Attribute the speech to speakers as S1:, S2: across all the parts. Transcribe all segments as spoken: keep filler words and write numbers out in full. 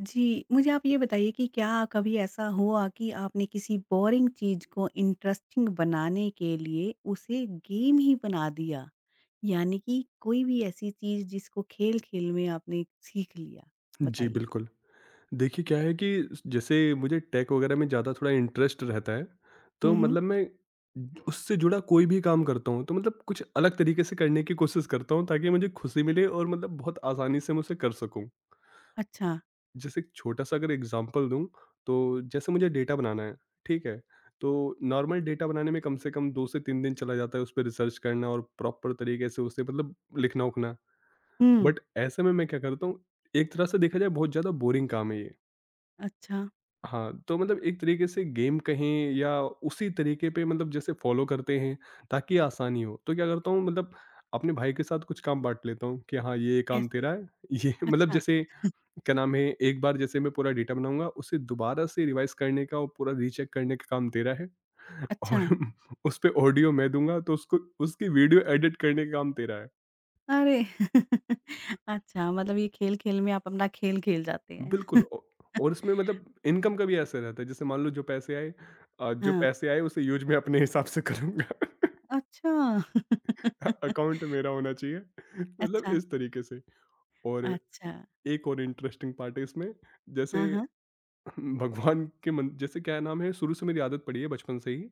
S1: जी, मुझे आप ये बताइए कि क्या कभी ऐसा हुआ कि आपने किसी बोरिंग चीज़ को इंटरेस्टिंग बनाने के लिए उसे गेम ही बना दिया? यानी कि कोई भी ऐसी चीज़ जिसको खेल-खेल में आपने सीख लिया?
S2: जी,
S1: बताइए।
S2: बिल्कुल। देखिए क्या है कि जैसे मुझे टेक वगैरह में ज़्यादा थोड़ा इंटरेस्ट रहता है,
S1: हुँ,
S2: तो
S1: हुँ।
S2: मतलब मैं उससे जुड़ा कोई भी काम करता हूँ, तो मतलब कुछ अलग तरीके से करने की कोशिश करता हूँ ताकि मुझे खुशी मिले और मतलब बहुत आसानी से मैं उसे कर सकूँ।
S1: अच्छा।
S2: जैसे एक छोटा-सा अगर एग्ज़ाम्पल दूँ, तो जैसे मुझे डेटा बनाना है, ठीक है? तो नॉर्मल डेटा बनाने में कम से कम दो से तीन दिन चला जाता है, उस पे रिसर्च करना और प्रॉपर तरीके से उसे मतलब लिखना-उखना।
S1: हुँ,
S2: बट ऐसे में मैं क्या करता हूँ, एक तरह से देखा जाए बहुत ज़्यादा बोरिंग काम है ये।
S1: अच्छा।
S2: हाँ, तो मतलब एक तरीके से गेम कहें या उसी तरीके पे मतलब जैसे फ़ॉलो करते हैं ताकि आसानी हो। तो क्या करता हूँ मतलब अपने भाई के साथ कुछ काम बाँट लेता हूँ कि हाँ, ये काम
S1: कैसे?
S2: तेरा है, ये मतलब
S1: अच्छा।
S2: जैसे क्या नाम है, एक बार जैसे मैं पूरा डेटा बनाऊँगा, उसे दोबारा से रिवाइज़ करने का और पूरा रीचेक करने का काम तेरा है
S1: अच्छा।
S2: और उसपे ऑडियो मैं दूँगा तो उसको उसकी वीडियो एडिट करने का काम तेरा है।
S1: अरे! अच्छा, मतलब ये खेल-खेल में आप अपना खेल खेल जाते हैं।
S2: बिल्कुल औ और उसमें मतलब इनकम का भी असर रहता है। जैसे मान लो जो पैसे आए अ, जो
S1: हाँ।
S2: पैसे आए उसे यूज़ मैं अपने हिसाब से करूँगा।
S1: अच्छा।
S2: अकाउंट मेरा होना चाहिए मतलब
S1: अच्छा,
S2: इस तरीके से। और
S1: अच्छा।
S2: एक और इंटरेस्टिंग पार्ट है इसमें जैसे
S1: हाँ, हाँ।
S2: भगवान के मन जैसे क्या नाम है शुरू से मेरी आदत पड़ी है बचपन से ही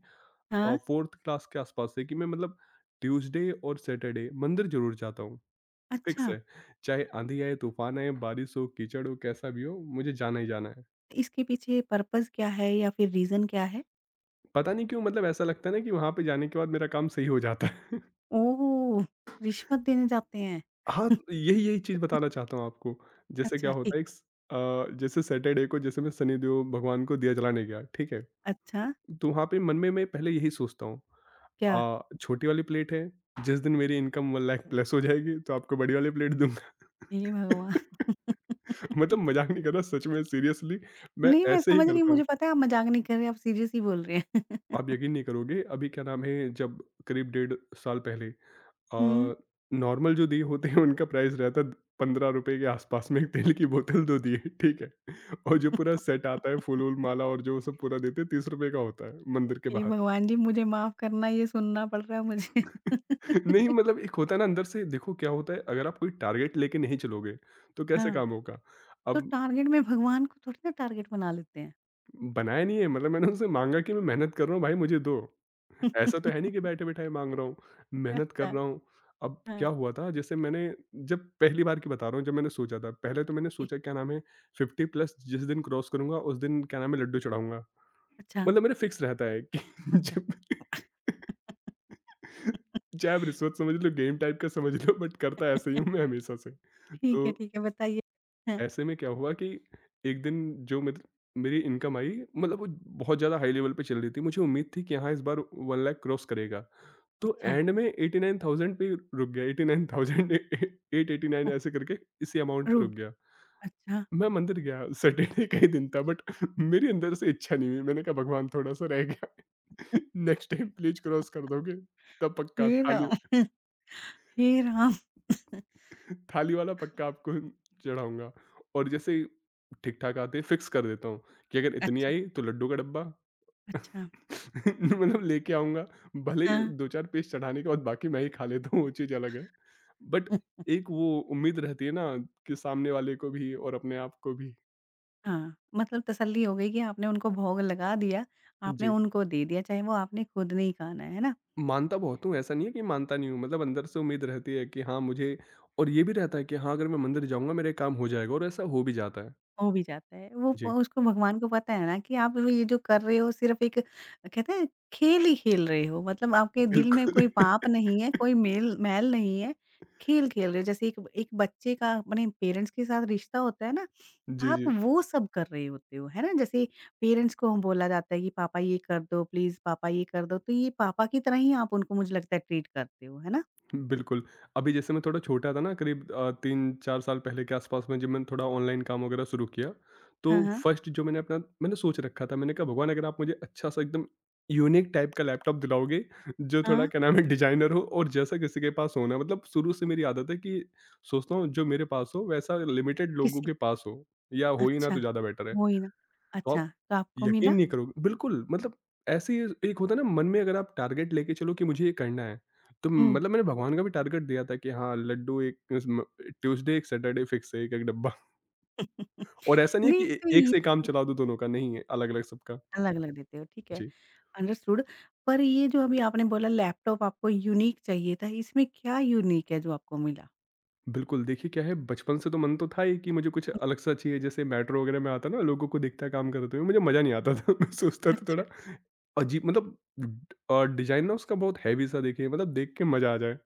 S1: हाँ,
S2: अ, चौथी क्लास के आसपास से कि मैं मतलब ट्यूसडे और सैटरडे मंदिर ज़रूर जाता हूँ, फिक्स
S1: अच्छा।
S2: है। चाहे आँधी आए, तूफान आए, बारिश हो, कीचड़ हो, कैसा भी हो, मुझे जाना ही जाना है।
S1: इसके पीछे पर्पज़ क्या है या फिर रीज़न क्या है?
S2: पता नहीं क्यों मतलब ऐसा लगता है ना कि वहाँ पे जाने के बाद मेरा काम सही हो जाता है।
S1: ओह! रिश्वत देने जाते हैं।
S2: हाँ, तो यही यही चीज़ बताना चाहता हूँ आपको। जैसे क्या
S1: अच्छा,
S2: होता
S1: ठीक।
S2: है एक स अ, जैसे सैटरडे को जैसे मैं शनिदेव भगवान को दिया जलाने गया, ठीक है?
S1: अच्छा,
S2: तो वहाँ पे मन में मैं पहले यही सोचता हूँ।
S1: क्या?
S2: अ, छोटी वाली प्लेट है, जिस दिन मेरी इनकम एक लाख प्लस हो जाएगी तो आपको बड़ी वाली प्लेट दूँगा।
S1: हे भगवान!
S2: मतलब मज़ाक नहीं कर रहा सच में सीरियसली मैं
S1: नहीं, मैं
S2: ऐसे ही
S1: समझ रही हूँ,
S2: करता
S1: मुझे
S2: हूँ।
S1: पता है आप मज़ाक नहीं कर रहे, आप सीरियस ही बोल रहे हैं।
S2: आप यकीन नहीं करोगे अभी क्या नाम है जब करीब डेढ़ साल पहले
S1: हुँ।
S2: अ, नॉर्मल जो दिए होते हैं उनका प्राइस रहता है पंद्रह रुपए के आसपास में, एक तेल की बोतल दो दिए, ठीक है? और जो पूरा सेट आता है फूल-वूल, माला और जो सब पूरा देते हैं तीस रुपए का होता है मंदिर के
S1: हे
S2: बाहर।
S1: भगवान जी! मुझे माफ़ करना, ये सुनना पड़ रहा है मुझे।
S2: नहीं मतलब एक होता है ना अंदर से देखो क्या होता है अगर आप कोई टारगेट लेके नहीं चलोगे, तो कैसे
S1: हाँ।
S2: काम होगा?
S1: तो
S2: अब
S1: टारगेट में भगवान को थोड़ी ना टारगेट बना लेते हैं।
S2: बनाया नहीं है, मतलब मैंने उनसे माँगा कि मैं मेहनत कर रहा हूँ भाई मुझे दो। ऐसा तो है नहीं कि बैठे-बैठाए माँग रहा हूँ, मेहनत कर
S1: अच्छा,
S2: रहा हूँ। अब
S1: हाँ,
S2: क्या हुआ था जैसे मैंने, जब पहली बार की बता रहा हूँ, जब मैंने सोचा था, पहले तो मैंने
S1: ठीक।
S2: सोचा क्या नाम है पचास प्लस जिस दिन क्रॉस करूँगा उस दिन क्या नाम है लड्डू चढ़ाऊँगा।
S1: अच्छा,
S2: मतलब मेरा फिक्स रहता है कि
S1: अच्छा।
S2: जब, चाहे आप रिश्वत समझ लो, गेम टाइप का समझ लो बट करता ऐसे ही हूँ मैं हमेशा से।
S1: ठीक
S2: तो
S1: है, ठीक है, बताइए। हाँ।
S2: ऐसे में क्या हुआ कि एक दिन जो मेर मेरी इनकम आई, मतलब वो बहुत ज़्यादा हाई लेवल पे चल रही थी। मुझे उम्मीद थी कि हाँ, इस बार एक लाख क्रॉस करेगा। तो
S1: अच्छा,
S2: एंड में नवासी हज़ार पे रुक गया। नवासी हज़ार ए ए आठ सौ नवासी
S1: ओह!
S2: ऐसे करके इसी अमाउंट पे रुक
S1: रुक
S2: गया।
S1: अच्छा।
S2: मैं मंदिर गया, सैटरडे का ही दिन था बट मेरी अंदर से इच्छा नहीं हुई। मैंने कहा भगवान थोड़ा-सा रह गया। नेक्स्ट टाइम प्लीज़ क्रॉस कर दोगे तब पक्का
S1: हे
S2: थाली
S1: राम! हे राम!
S2: थाली वाला पक्का आपको चढ़ाऊँगा। और जैसे ठीक-ठाक आते हैं, फिक्स कर देता हूँ कि अगर इतनी
S1: अच्छा,
S2: आई तो लड्डू का डब्बा
S1: अच्छा।
S2: मतलब लेके आऊँगा, भले ही
S1: हाँ।
S2: दो चार पीस चढ़ाने के बाद बाकी मैं ही खा लेता हूँ वो चीज़ अलग है। बट एक वो उम्मीद रहती है ना कि सामने वाले को भी और अपने आप को भी।
S1: हाँ, मतलब तसल्ली हो गई कि आपने उनको भोग लगा दिया, आपने
S2: जी,
S1: उनको दे दिया, चाहे वो आपने खुद नहीं खाना है, है ना?
S2: मानता बहुत हूँ, ऐसा नहीं है कि मानता नहीं हूँ, मतलब अंदर से उम्मीद रहती है कि हाँ मुझे। और ये भी रहता है कि हाँ, अगर मैं मंदिर जाऊँगा मेरा ये काम हो जाएगा और ऐसा हो भी जाता है।
S1: हो भी जाता है। वो प
S2: जी,
S1: उसको भगवान को पता है ना कि आप वो ये जो कर रहे हो सिर्फ़ एक कहते हैं खेल ही खेल रहे हो, मतलब आपके दिल में
S2: बिल्कुल।
S1: कोई पाप नहीं है, कोई मेल मैल नहीं है, खेल खेल रहे हो। जैसे एक एक बच्चे का अपने पेरेंट्स के साथ रिश्ता होता है ना,
S2: जी,
S1: आप
S2: जी।
S1: वो सब कर रहे होते हो, है ना? जैसे पेरेंट्स को हम बोला जाता है कि पापा ये कर दो प्लीज़, पापा ये कर दो, तो ये पापा की तरह ही आप उनको मुझे लगता है ट्रीट करते हो, है ना?
S2: बिल्कुल। अभी जैसे मैं थोड़ा छोटा था ना करीब अ, तीन चार साल पहले के आस-पास में जब मैंने थोड़ा ऑनलाइन काम वगैरह शुरू किया,
S1: हाँ,
S2: तो
S1: हाँ।
S2: फर्स्ट जो मैंने अपना मैंने सोच रखा था, मैंने कहा भगवान अगर आप मुझे अच्छा-सा एकदम यूनिक टाइप का लैपटॉप दिलाओगे जो थोड़ा
S1: हाँ,
S2: क्या नाम है डिज़ाइनर हो और जैसा किसी के पास होना, मतलब शुरू से मेरी आदत है कि सोचता हूँ जो मेरे पास हो वैसा लिमिटेड लोगों
S1: किसी
S2: के पास हो या हो ही ना
S1: अच्छा,
S2: तो ज़्यादा बेटर है।
S1: वही ना।
S2: तो
S1: अच्छा,
S2: आप
S1: तो आपको मिला?
S2: यकीन नहीं करोगे बिल्कुल, मतलब ऐसे ही एक होता है ना मन में अगर आप टारगेट लेके चलो कि मुझे ये करना है, तो
S1: हुँ।
S2: मतलब मैंने भगवान का भी टारगेट दिया था कि हाँ, लड्डू एक उसम ट्यूसडे, एक सैटरडे फिक्स है, एक-एक डब्बा। और ऐसा नहीं है
S1: नहीं
S2: कि ए
S1: तो
S2: एक
S1: ये
S2: से काम चला दो दोनों का, नहीं है, अलग-अलग सबका।
S1: अलग-अलग देते हो, ठीक है,
S2: जी।
S1: अंडरस्टूड। पर ये जो अभी आपने बोला लैपटॉप आपको यूनीक चाहिए था, इसमें क्या यूनीक है जो आपको मिला?
S2: बिल्कुल, देखिए क्या है बचपन से तो मन तो था ही कि मुझे कुछ
S1: हुँ,
S2: अलग-सा चाहिए, जैसे मेट्रो वगैरह में आता है ना लोगों को दिखता है काम करते हुए, मुझे मज़ा नहीं
S1: हुँ।
S2: आता था, मैं सोचता था
S1: अच्छा।
S2: थोड़ा अजीब मतलब अ, डिज़ाइन ना उसका बहुत हैवी-सा, देखिए मतलब देख के मज़ा आ जाए।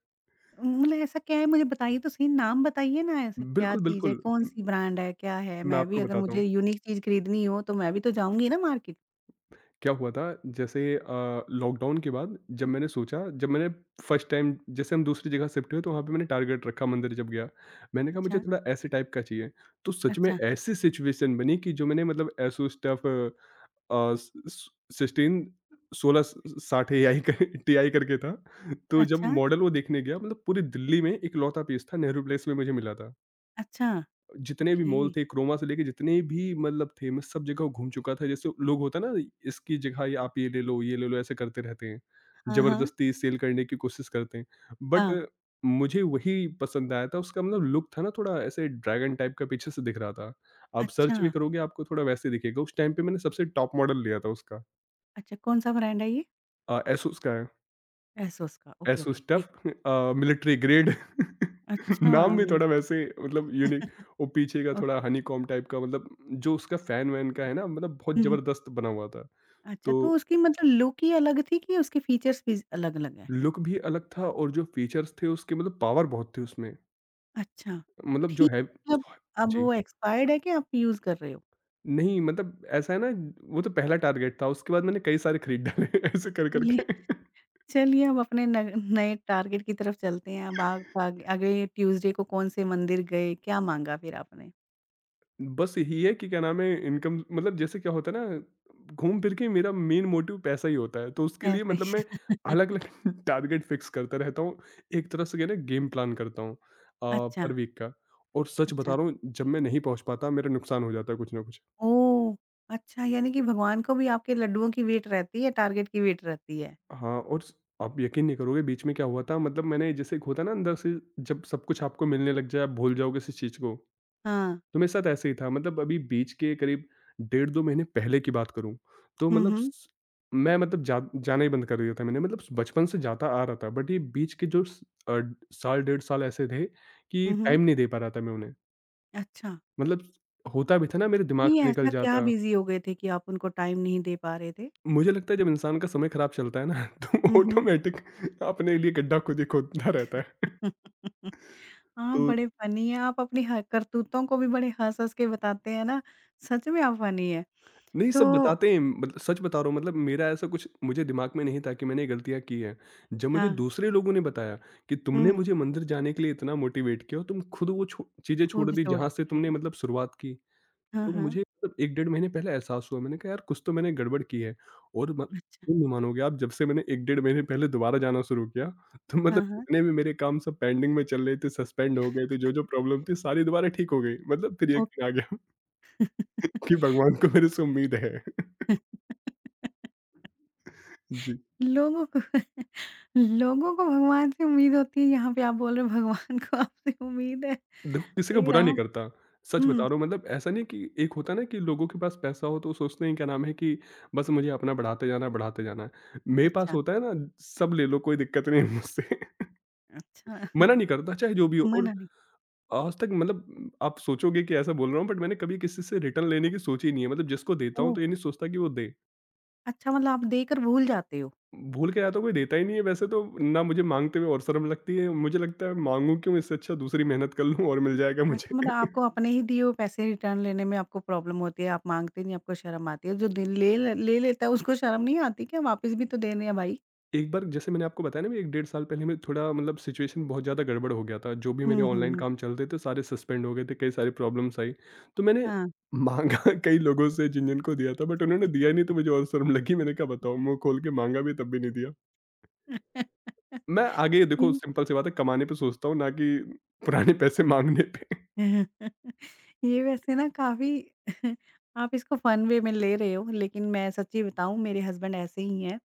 S1: मतलब ऐसा क्या है मुझे बताइए तो सही, नाम बताइए ना ऐसा क्या
S2: बिल्कुल,
S1: चीज़ है,
S2: बिल्कुल।
S1: कौन-सी ब्रांड है, क्या है?
S2: मैं
S1: मैं भी
S2: आपको
S1: अगर
S2: बताता
S1: मुझे
S2: हूँ,
S1: यूनिक चीज़ खरीदनी हो तो मैं भी तो जाऊँगी ना मार्केट।
S2: क्या हुआ था जैसे अ, लॉकडाउन के बाद जब मैंने सोचा, जब मैंने फर्स्ट टाइम जैसे हम दूसरी जगह शिफ्ट हुए तो वहाँ पे मैंने टारगेट रखा मंदिर जब गया। मैंने कहा मुझे
S1: अच्छा,
S2: थोड़ा ऐसे टाइप का चाहिए, तो सच में
S1: अच्छा,
S2: ऐसी सिचुएशन बनी कि जो मैंने मतलब एसोस टफ अ, स स सिस्टीन सोलह सौ साठ ए आई का टी आई करके था, तो जब
S1: अच्छा,
S2: मॉडल वो देखने गया, मतलब पूरी दिल्ली में इकलौता पीस था, नेहरू प्लेस में मुझे मिला था।
S1: अच्छा,
S2: जितने भी
S1: ओके।
S2: मॉल थे, क्रोमा से लेके जितने भी मतलब थे, मैं सब जगह घूम चुका था। जैसे लोग होता है ना, इसकी जगह ये आप ये ले लो, ये ले लो, ऐसे करते रहते हैं।
S1: हाँ, हाँ,
S2: ज़बरदस्ती सेल करने की कोशिश करते हैं।
S1: हाँ,
S2: बट मुझे वही पसंद आया था, उसका मतलब लुक था ना थोड़ा ऐसे ड्रैगन टाइप का पीछे से दिख रहा था। आप
S1: अच्छा,
S2: सर्च भी करोगे, आपको थोड़ा वैसे दिखेगा। उस टाइम पे मैंने सबसे टॉप मॉडल लिया था उसका।
S1: अच्छा कौन-सा ब्रांड है ये?
S2: अ, एसुस का है।
S1: एसोस का ओके, ओके
S2: एसोस
S1: ठीक।
S2: टफ अ, मिलिट्री ग्रेड
S1: अच्छा
S2: नाम भी थोड़ा
S1: मिलता
S2: वैसे मतलब
S1: है।
S2: यूनिक। और पीछे का
S1: हुँ, हुँ।
S2: थोड़ा हनीकॉम्ब टाइप का, मतलब जो उसका फैन वैन का है ना मतलब बहुत जबरदस्त बना हुआ था।
S1: अच्छा
S2: तो
S1: तो उसकी मतलब लुक ही अलग थी कि उसके फीचर्स भी अलग-अलग हैं?
S2: लुक भी अलग था और जो फीचर्स थे उसके मतलब पावर बहुत थी उसमें।
S1: अच्छा,
S2: मतलब जो
S1: ठीक
S2: है
S1: है मतलब अब
S2: जी।
S1: वो एक्सपायर्ड है कि आप यूज़ कर रहे हो?
S2: नहीं मतलब ऐसा है ना वो तो पहला टारगेट था, उसके बाद मैंने कई सारे खरीद डाले ऐसे कर-कर
S1: चलिए
S2: के।
S1: चलिए अब अपने नग नए टारगेट की तरफ चलते हैं। अब आप आग अगले ट्यूज़डे को कौन से मंदिर गए? क्या माँगा फिर आपने?
S2: बस यही है कि क्या नाम है इनकम, मतलब जैसे क्या होता है ना घूम फिर के मेरा मेन मोटिव पैसा ही होता है तो उसके लिए
S1: ऐसा
S2: मतलब
S1: ही।
S2: मैं अलग अलग टारगेट फिक्स करता रहता हूँ, एक तरह से क्या है ना गेम प्लान करता हूँ
S1: अच्छा,
S2: पर वीक का। और सच
S1: अच्छा।
S2: बता रहा हूँ जब मैं नहीं पहुंच पाता मेरा नुकसान हो जाता है कुछ ना कुछ।
S1: ओह! अच्छा यानी कि भगवान को भी आपके लड्डुओं की वेट रहती है, टारगेट की वेट रहती है।
S2: हाँ और स- आप यकीन नहीं करोगे बीच में क्या हुआ था, मतलब मैंने जैसे एक होता है ना अंदर से जब सब कुछ आपको मिलने लग जाए आप भूल जाओगे किसी चीज़ को।
S1: हाँ।
S2: तो मेरे साथ ऐसे ही था, मतलब अभी बीच के करीब डेढ़ दो महीने पहले की बात करूँ, तो
S1: हुँ,
S2: मतलब
S1: हुँ।
S2: स मैं मतलब जा जाना ही बंद कर दिया था मैंने, मतलब बचपन से जाता आ रहा था बट ये बीच के जो स अ, साल डेढ़ साल ऐसे थे कि
S1: हुँ, हुँ।
S2: टाइम नहीं दे पा रहा था मैं उन्हें।
S1: अच्छा।
S2: मतलब होता भी था ना मेरे दिमाग
S1: नहीं
S2: से निकल
S1: ऐसा क्या
S2: जाता।
S1: बिज़ी हो गए थे कि आप उनको टाइम नहीं दे पा रहे थे?
S2: मुझे लगता है जब इंसान का समय खराब चलता है ना तो
S1: हुँ, हुँ।
S2: ऑटोमेटिक अपने लिए गड्ढा खुद ही खोदता रहता है।
S1: आप
S2: तो
S1: बड़े फ़नी हैं। आप अपनी ह करतूतों को भी बड़े हँस-हँस के बताते हैं ना। सच में आप फ़नी हैं।
S2: नहीं,
S1: तो
S2: सब बताते हैं, मतलब सच बता रहा हूँ, मतलब मेरा ऐसा कुछ मुझे दिमाग में नहीं था कि मैंने ये गलतियाँ की हैं। जब मुझे
S1: हाँ।
S2: दूसरे लोगों ने बताया कि तुमने
S1: हुँ,
S2: मुझे मंदिर जाने के लिए इतना मोटिवेट किया और तुम खुद वो छो चीज़ें छोड़
S1: खुद
S2: दी
S1: छोड़
S2: जहाँ से
S1: चुकी
S2: तुमने
S1: हो।
S2: मतलब शुरुआत की।
S1: हाँ,
S2: तो
S1: हाँ।
S2: मुझे मतलब एक डेढ़ महीने पहले एहसास हुआ, मैंने कहा यार कुछ तो मैंने गड़बड़ की है। और म
S1: अच्छा।
S2: तुम नहीं मानोगे, आप जब से मैंने एक डेढ़ महीने पहले दोबारा जाना शुरू किया, तो मतलब
S1: हाँ, हाँ।
S2: जितने भी मेरे काम सब पेंडिंग में चल रहे थे, सस्पेंड हो गए थे, जो-जो प्रॉब्लम थी सारी दोबारा ठीक हो गई। मतलब फिर
S1: ओ!
S2: यकीन आ गया कि भगवान को मेरे से उम्मीद है। जी।
S1: लोगों को लोगों को भगवान से उम्मीद होती है, यहाँ पे आप बोल रहे हो भगवान को आपसे उम्मीद है,
S2: देखो, किसी का
S1: हे
S2: बुरा नहीं
S1: राम!
S2: करता। सच बता
S1: हुँ,
S2: रहा हूँ मतलब ऐसा नहीं कि एक होता है ना कि लोगों के पास पैसा हो तो वो सोचते हैं क्या नाम है कि बस मुझे अपना बढ़ाते जाना है, बढ़ाते जाना है। मेरे पास
S1: अच्छा,
S2: होता है ना, सब ले लो, कोई दिक्कत नहीं है मुझसे।
S1: अच्छा।
S2: मना नहीं करता चाहे जो भी हो। और
S1: मना नहीं
S2: आज तक मतलब आप सोचोगे कि ऐसा बोल रहा हूँ बट मैंने कभी किसी से रिटर्न लेने की सोची ही नहीं है। मतलब जिसको देता हूँ
S1: ओह!
S2: तो ये नहीं सोचता कि वो दे।
S1: अच्छा मतलब आप देकर भूल जाते हो।
S2: भूल के आता हूँ, कोई देता ही नहीं है वैसे तो ना, मुझे माँगते हुए और शर्म लगती है। मुझे लगता है माँगू क्यों, इससे अच्छा दूसरी मेहनत कर लूँ और मिल जाएगा
S1: अच्छा
S2: मुझे।
S1: मतलब आपको अपने ही दिए हुए पैसे रिटर्न लेने में आपको प्रॉब्लम होती है, आप माँगते नहीं, आपको शर्म आती है। जो दे ले ले ले लेता है उसको शर्म नहीं आती क्या वापस भी तो देने हैं भाई?
S2: एक बार जैसे मैंने आपको बताया ना, मैं एक डेढ़ साल पहले मैं थोड़ा मतलब सिचुएशन बहुत ज़्यादा गड़बड़ हो गया था। जो भी मेरे
S1: हुँ, हुँ,
S2: ऑनलाइन
S1: हुँ।
S2: काम चल रहे थे, सारे सस्पेंड हो गए थे, कई सारी प्रॉब्लम्स आई। तो मैंने
S1: हाँ।
S2: माँगा कई लोगों से जिन-जिनको दिया था, बट उन्होंने दिया ही नहीं तो मुझे और शर्म लगी। मैंने कहा बताओ, मुँह खोल के माँगा भी तब भी नहीं दिया। मैं आगे देखो, सिंपल सी बात है, कमाने पे सोचता हूँ ना कि पुराने पैसे माँगने पे।
S1: ये वैसे ना काफ़ी आप इसको फन वे में ले रहे हो लेकिन मैं सच्ची बताऊँ मेरे हस्बैंड ऐसे ही हैं।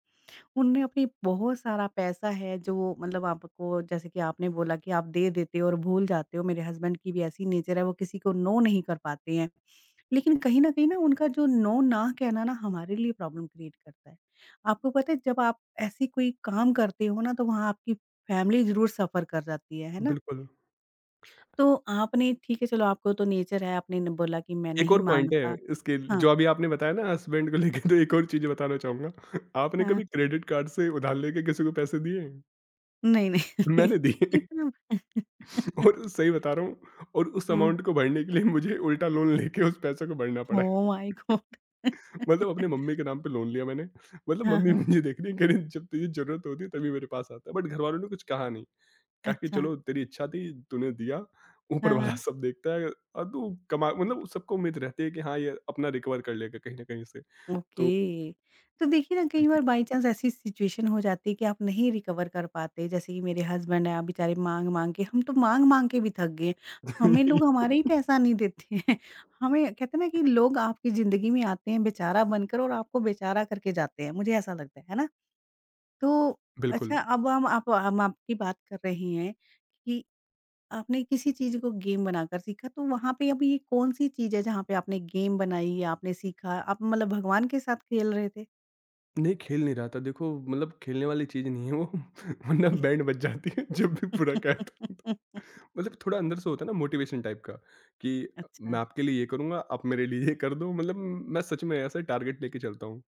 S1: उनने अपनी बहुत सारा पैसा है जो वो मतलब आपको जैसे कि आपने बोला कि आप दे देते हो और भूल जाते हो, मेरे हस्बैंड की भी ऐसी नेचर है वो किसी को नो नहीं कर पाते हैं। लेकिन कहीं न कहीं ना उनका जो नो ना कहना ना हमारे लिए प्रॉब्लम क्रिएट करता है। आपको पता है जब आप ऐसी कोई काम करते हो ना तो वहाँ आपकी फैमिली ज़रूर सफ़र कर जाती है, है ना?
S2: बिल्कुल,
S1: तो आपने ठीक है चलो आपको तो नेचर है आपने न बोला कि मैं
S2: एक
S1: नहीं
S2: और पॉइंट है
S1: माँगता
S2: इसके,
S1: हाँ,
S2: जो अभी आपने बताया ना हस्बैंड को लेके, तो एक और चीज़ बताना चाहूँगा। आपने
S1: हाँ।
S2: कभी क्रेडिट कार्ड से उधार लेके किसी को पैसे दिए हैं?
S1: नहीं, नहीं, नहीं
S2: मैंने दिए।
S1: इतना
S2: और सही बता रहा हूँ, और उस
S1: हुँ,
S2: अमाउंट को भरने के लिए मुझे उल्टा लोन लेके उस पैसे को भरना पड़ा है।
S1: Oh my god!
S2: मतलब अपनी मम्मी के नाम पे लोन लिया मैंने। मतलब
S1: हाँ,
S2: मम्मी
S1: हाँ।
S2: मुझे देख रही है, कह रही जब तुझे जरूरत होती है तभी मेरे पास आता है, बट घर वालों ने कुछ कहा नहीं, कहा कि
S1: अच्छा।
S2: चलो तेरी इच्छा थी, तूने दिया, ऊपर
S1: हाँ,
S2: वाला
S1: हाँ।
S2: सब देखता है। और तू कमा, मतलब सबको उम्मीद रहती है कि हाँ ये अपना रिकवर कर लेगा कहीं ना कहीं से। तो
S1: ओके। तो देखिए ना कई
S2: जी।
S1: बार बाय चांस ऐसी सिचुएशन हो जाती है कि आप नहीं रिकवर कर पाते। जैसे कि मेरे हस्बैंड हैं, बेचारे माँग-माँग के हम तो माँग-माँग के भी थक गए। हमें लोग हमारा ही पैसा नहीं देते हैं। हमें कहते हैं ना कि लोग आपकी ज़िंदगी में आते हैं बेचारा बनकर और आपको बेचारा करके जाते हैं। मुझे ऐसा लगता है, है ना? तो अच्छा
S2: बिल्कुल।
S1: अब हम आप हम आपकी बात कर रहे हैं कि आपने किसी चीज़ को गेम बनाकर सीखा। तो वहाँ पे अभी ये कौन-सी चीज़ है जहाँ पे आपने गेम बनाई या आपने सीखा? आप मतलब भगवान के साथ खेल रहे थे?
S2: नहीं, खेल नहीं रहा था, देखो मतलब खेलने वाली चीज नहीं है वो। वरना बैंड बज जाती है जब भी पूरा कहता।
S1: अच्छा,
S2: मतलब थोड़ा अंदर से होता है ना मोटिवेशन टाइप का कि मैं आपके लिए ये करूंगा, आप मेरे लिए ये कर दो। मतलब मैं सच में ऐसा टारगेट लेके चलता हूँ।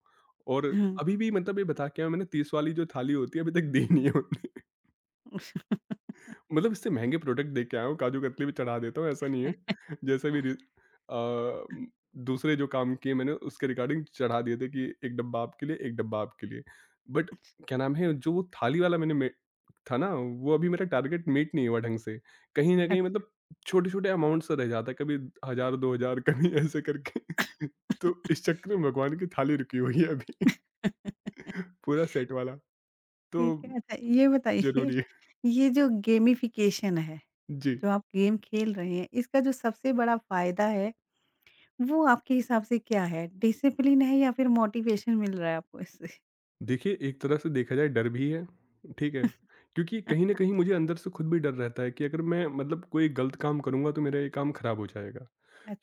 S2: और
S1: हाँ,
S2: अभी भी, मतलब ये बता के आया, मैंने तीस वाली जो थाली होती है अभी तक दी नहीं है।
S1: उस-
S2: मतलब इससे महँगे प्रोडक्ट देके आया हूँ, काजू कतली भी चढ़ा देता हूँ, ऐसा नहीं है। जैसे भी, रि अ, दूसरे जो काम किए मैंने उसके रिगार्डिंग चढ़ा दिए थे कि एक डब्बा आपके लिए, एक डब्बा आपके लिए। बट क्या नाम है, जो वो थाली वाला मैंने में था ना, वो अभी मेरा टारगेट मीट नहीं हुआ ढंग से। कहीं न कहीं
S1: अच्छा।
S2: मतलब छोटे-छोटे अमाउंट से रह जाता है, कभी हज़ार दो हज़ार कभी, ऐसे करके। तो इस चक्कर में भगवान की थाली रुकी हुई है अभी। पूरा सेट वाला, तो
S1: ठीक है, अच्छा ये बताइए,
S2: ज़रूरी है।
S1: ये जो गेमिफिकेशन है,
S2: जी।
S1: जो आप गेम खेल रहे हैं, इसका जो सबसे बड़ा फ़ायदा है, वो आपके हिसाब से क्या है? डिसिप्लिन है या फिर मोटिवेशन मिल रहा है आपको इससे?
S2: देखिए, एक तरह से देखा जाए डर भी है, ठीक है? क्योंकि कहीं न कहीं मुझे अंदर से खुद भी डर रहता है कि अगर मैं मतलब कोई गलत काम करूँगा तो मेरा ये काम खराब हो जाएगा।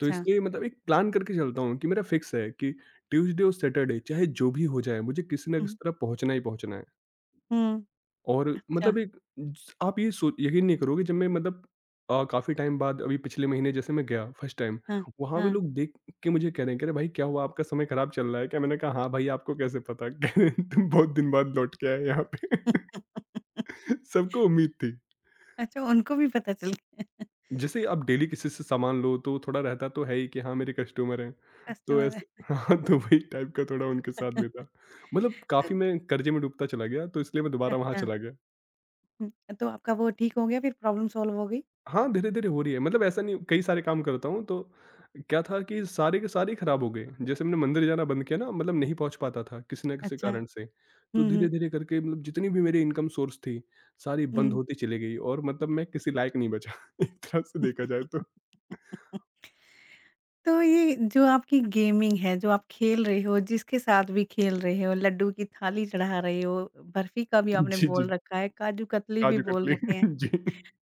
S2: तो इसलिए मतलब एक प्लान करके चलता हूँ कि मेरा फिक्स है कि ट्यूसडे और सैटरडे चाहे जो भी हो जाए, मुझे किसी न किसी
S1: हुँ,
S2: तरह पहुँचना ही पहुँचना है।
S1: हुँ,
S2: और
S1: अच्छा,
S2: मतलब एक ज आप ये सो यकीन नहीं करोगे जब मैं मतलब अ, काफ़ी टाइम बाद अभी पिछले महीने जैसे मैं गया फर्स्ट टाइम,
S1: हाँ,
S2: वहाँ भी
S1: हाँ।
S2: लोग देख के मुझे कह रहे हैं, कह रहे भाई क्या हुआ, आपका समय खराब चल रहा है क्या? मैंने कहा हाँ भाई, आपको कैसे पता? कह रहे तुम बहुत दिन बाद लौट के आए यहाँ पे। सबको उम्मीद थी।
S1: अच्छा उनको भी पता चल गया
S2: जैसे आप डेली किसी से सामान लो तो थोड़ा रहता तो है ही कि हाँ मेरे कस्टमर हैं। तो
S1: कस्टमर है।
S2: ऐसे हाँ, तो वही टाइप का थोड़ा उनके साथ भी था। मतलब काफ़ी
S1: तो-
S2: मैं कर्जे में डूबता चला गया, तो इसलिए मैं दोबारा वहाँ
S1: अच्छा,
S2: चला गया।
S1: हुँ, तो आपका वो ठीक हो गया फिर प्रॉब्लम सॉल्व हो गई?
S2: हाँ, धीरे-धीरे हो रही है। मतलब ऐसा नहीं, कई सारे काम करता हूँ तो क्या था कि सारे के सारे ही खराब हो गए। जैसे मैंने मंदिर जाना बंद किया ना, मतलब नहीं पहुँच पाता था किसी न किसी
S1: अच्छा।
S2: कारण से। तो
S1: हुँ, हुँ।
S2: धीरे-धीरे करके, मतलब जितनी भी मेरी इनकम सोर्स थी, सारी बंद
S1: हुँ।
S2: होती चली गई, और मतलब मैं किसी लायक नहीं बचा एक तरह से देखा जाए तो।
S1: तो ये जो आपकी गेमिंग है, जो आप खेल रहे हो, जिसके साथ भी खेल रहे हो, लड्डू की थाली चढ़ा रहे हो, बर्फी का भी आपने
S2: जी,
S1: बोल
S2: जी।
S1: रखा है, काजू कतली भी बोल
S2: काजू-कतली
S1: रखे हैं,
S2: जी।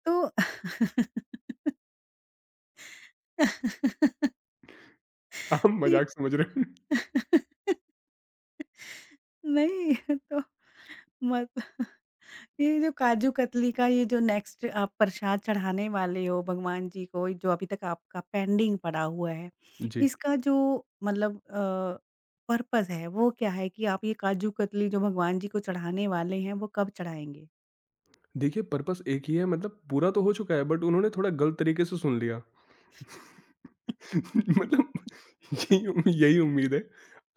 S1: तो
S2: आप मज़ाक समझ रहे हैं।
S1: ठीक नहीं, तो मत ये जो काजू कतली का ये जो नेक्स्ट आप प्रसाद चढ़ाने वाले हो भगवान जी को, जो अभी तक आपका पेंडिंग पड़ा हुआ है,
S2: जी।
S1: इसका जो मतलब अ, पर्पज़ है वो क्या है कि आप ये काजू कतली जो भगवान जी को चढ़ाने वाले हैं वो कब चढ़ाएँगे?
S2: देखिए पर्पस एक ही है, मतलब पूरा तो हो चुका है बट उन्होंने थोड़ा गलत तरीके से सुन लिया। मतलब यही उम, यही उम्मीद है।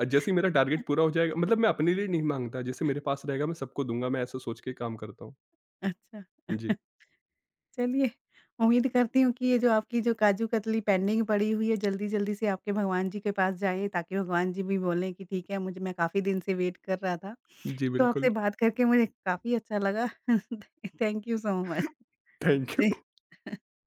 S2: अ, जैसे ही मेरा टारगेट पूरा हो जाएगा, मतलब मैं अपने लिए नहीं माँगता, जैसे मेरे पास रहेगा मैं सबको दूँगा, मैं ऐसा सोच के काम करता हूँ।
S1: अच्छा।
S2: जी।
S1: चलिए, उम्मीद करती हूँ कि ये जो आपकी जो काजू कतली पेंडिंग पड़ी हुई है जल्दी-जल्दी से आपके भगवान जी के पास जाए ताकि भगवान जी भी बोलें कि ठीक है मुझे मैं काफ़ी दिन से वेट कर रहा था।
S2: जी,
S1: तो आपसे
S2: बिल्कुल।
S1: बात करके मुझे काफ़ी अच्छा लगा। Thank you so much.
S2: Thank
S1: जी।
S2: यू।